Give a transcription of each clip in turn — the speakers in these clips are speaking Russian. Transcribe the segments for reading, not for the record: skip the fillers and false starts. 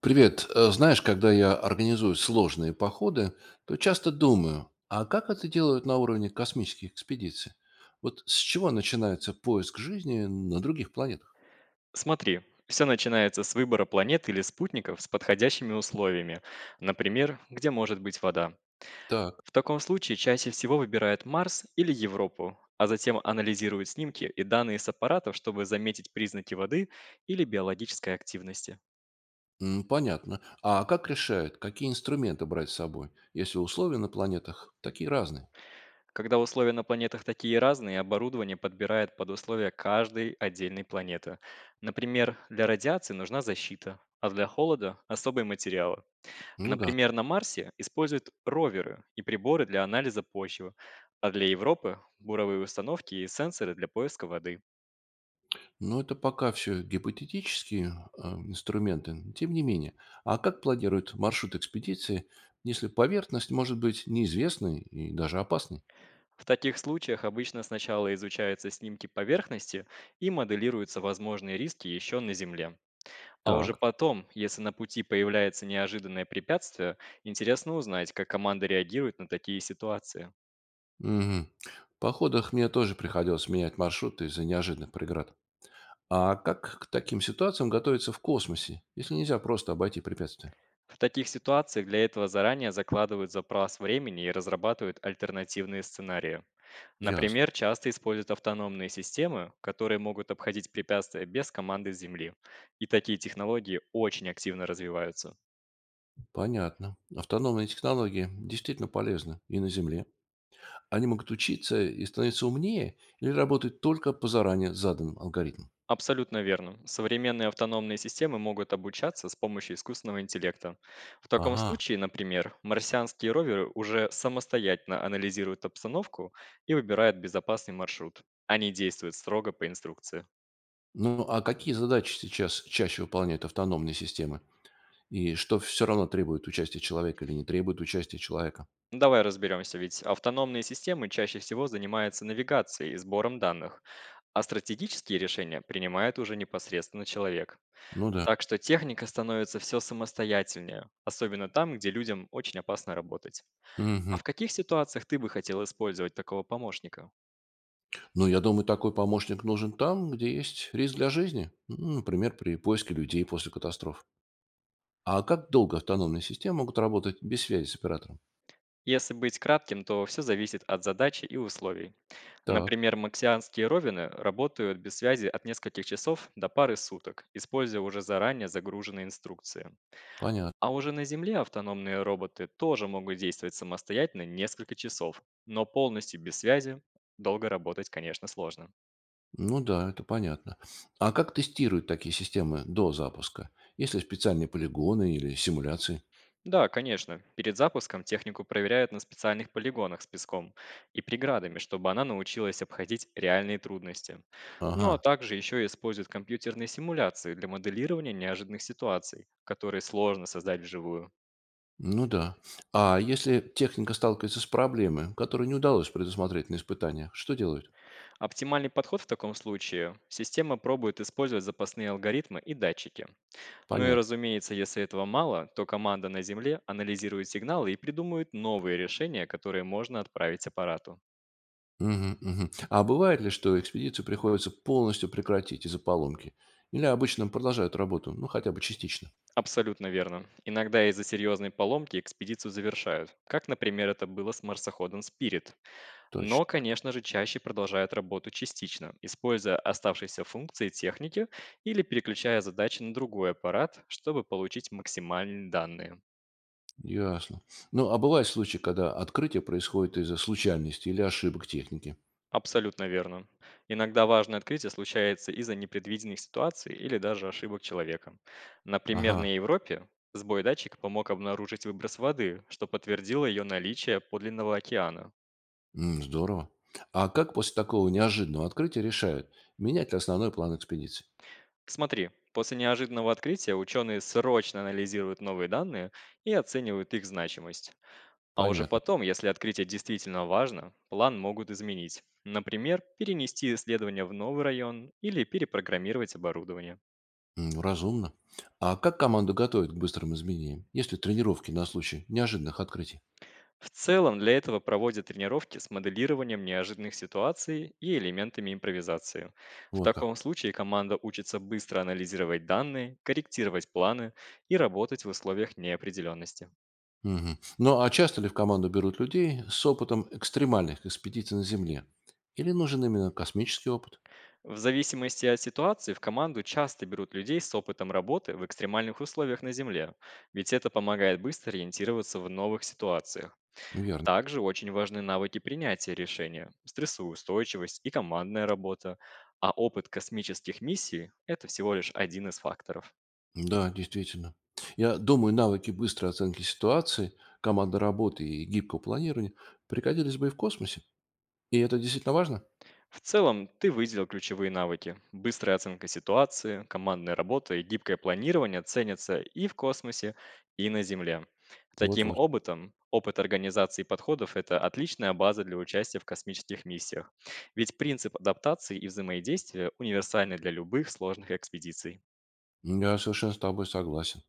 Привет. Знаешь, когда я организую сложные походы, то часто думаю, а как это делают на уровне космических экспедиций? Вот с чего начинается поиск жизни на других планетах? Смотри, все начинается с выбора планет или спутников с подходящими условиями, например, где может быть вода. Так, В таком случае чаще всего выбирают Марс или Европу, а затем анализируют снимки и данные с аппаратов, чтобы заметить признаки воды или биологической активности. м, понятно. А как решают, какие инструменты брать с собой, если условия на планетах такие разные? Когда условия на планетах такие разные, оборудование подбирает под условия каждой отдельной планеты. Например, для радиации нужна защита, а для холода – особые материалы. Ну да, Например, на Марсе используют роверы и приборы для анализа почвы, а для Европы – буровые установки и сенсоры для поиска воды. но это пока все гипотетические инструменты, тем не менее. А как планируют маршрут экспедиции, если поверхность может быть неизвестной и даже опасной? В таких случаях обычно сначала изучаются снимки поверхности и моделируются возможные риски еще на Земле. А уже Так. потом, если на пути появляется неожиданное препятствие, интересно узнать, как команда реагирует на такие ситуации. Мгм. В походах мне тоже приходилось менять маршруты из-за неожиданных преград. А как к таким ситуациям готовиться в космосе, если нельзя просто обойти препятствия? В таких ситуациях для этого заранее закладывают запас времени и разрабатывают альтернативные сценарии. Ясно. Например, часто используют автономные системы, которые могут обходить препятствия без команды с Земли. И такие технологии очень активно развиваются. Понятно. Автономные технологии действительно полезны и на Земле. Они могут учиться и становиться умнее или работать только по заранее заданным алгоритмам. Абсолютно верно. Современные автономные системы могут обучаться с помощью искусственного интеллекта. В таком Ага. случае, например, марсианские роверы уже самостоятельно анализируют обстановку и выбирают безопасный маршрут. Они действуют строго по инструкции. Ну а какие задачи сейчас чаще выполняют автономные системы? И что все равно требует участия человека или не требует участия человека? Ну, давай разберемся, ведь автономные системы чаще всего занимаются навигацией и сбором данных, а стратегические решения принимает уже непосредственно человек. Ну да. Так что техника становится все самостоятельнее, особенно там, где людям очень опасно работать. А Мгм. в каких ситуациях ты бы хотел использовать такого помощника? Ну, я думаю, такой помощник нужен там, где есть риск для жизни, ну, например, при поиске людей после катастроф. А как долго автономные системы могут работать без связи с оператором? Если быть кратким, то все зависит от задачи и условий. Так, Например, максианские ровины работают без связи от нескольких часов до пары суток, используя уже заранее загруженные инструкции. понятно. А уже на Земле автономные роботы тоже могут действовать самостоятельно несколько часов, но полностью без связи долго работать, конечно, сложно. Ну да, это понятно. А как тестируют такие системы до запуска? Есть ли специальные полигоны или симуляции? Да, конечно, перед запуском технику проверяют на специальных полигонах с песком и преградами, чтобы она научилась обходить реальные трудности. Ну а Ага, также еще используют компьютерные симуляции для моделирования неожиданных ситуаций, которые сложно создать вживую. ну да. А если техника сталкивается с проблемой, которую не удалось предусмотреть на испытаниях, что делают? Оптимальный подход в таком случае – система пробует использовать запасные алгоритмы и датчики. Ну и Понятно. разумеется, если этого мало, то команда на Земле анализирует сигналы и придумывает новые решения, которые можно отправить аппарату. Мгм, мгм. А бывает ли, что экспедицию приходится полностью прекратить из-за поломки? Или обычно продолжают работу, ну, хотя бы частично? Абсолютно верно. Иногда из-за серьезной поломки экспедицию завершают, как, например, это было с марсоходом Spirit. Но, Точно, конечно же, чаще продолжают работу частично, используя оставшиеся функции техники или переключая задачи на другой аппарат, чтобы получить максимальные данные. ясно. Ну, а бывают случаи, когда открытие происходит из-за случайности или ошибок техники? Абсолютно верно. Иногда важное открытие случается из-за непредвиденных ситуаций или даже ошибок человека. Например, Ага, на Европе сбой датчика помог обнаружить выброс воды, что подтвердило ее наличие подлинного океана. м, здорово. А как после такого неожиданного открытия решают, менять ли основной план экспедиции? Смотри, после неожиданного открытия ученые срочно анализируют новые данные и оценивают их значимость. А уже Понятно. потом, если открытие действительно важно, план могут изменить. Например, перенести исследование в новый район или перепрограммировать оборудование. М, разумно. А как команду готовят к быстрым изменениям, если тренировки на случай неожиданных открытий? В целом для этого проводят тренировки с моделированием неожиданных ситуаций и элементами импровизации. В Вот как. таком случае команда учится быстро анализировать данные, корректировать планы и работать в условиях неопределенности. Мгм. Ну а часто ли в команду берут людей с опытом экстремальных экспедиций на Земле? Или нужен именно космический опыт? В зависимости от ситуации в команду часто берут людей с опытом работы в экстремальных условиях на Земле, ведь это помогает быстро ориентироваться в новых ситуациях. Верно. Также очень важны навыки принятия решения, стрессоустойчивость и командная работа, а опыт космических миссий – это всего лишь один из факторов. Да, действительно. Я думаю, навыки быстрой оценки ситуации, команды работы и гибкого планирования пригодились бы и в космосе. И это действительно важно? В целом, ты выделил ключевые навыки. Быстрая оценка ситуации, командная работа и гибкое планирование ценятся и в космосе, и на Земле. Таким Вот-вот. опытом, опыт организации подходов – это отличная база для участия в космических миссиях. Ведь принцип адаптации и взаимодействия универсальны для любых сложных экспедиций. Я совершенно с тобой согласен.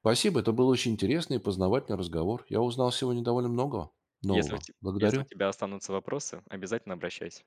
Спасибо, это был очень интересный и познавательный разговор. Я узнал сегодня довольно много Если у нового. те если у Благодарю. тебя останутся вопросы, обязательно обращайся.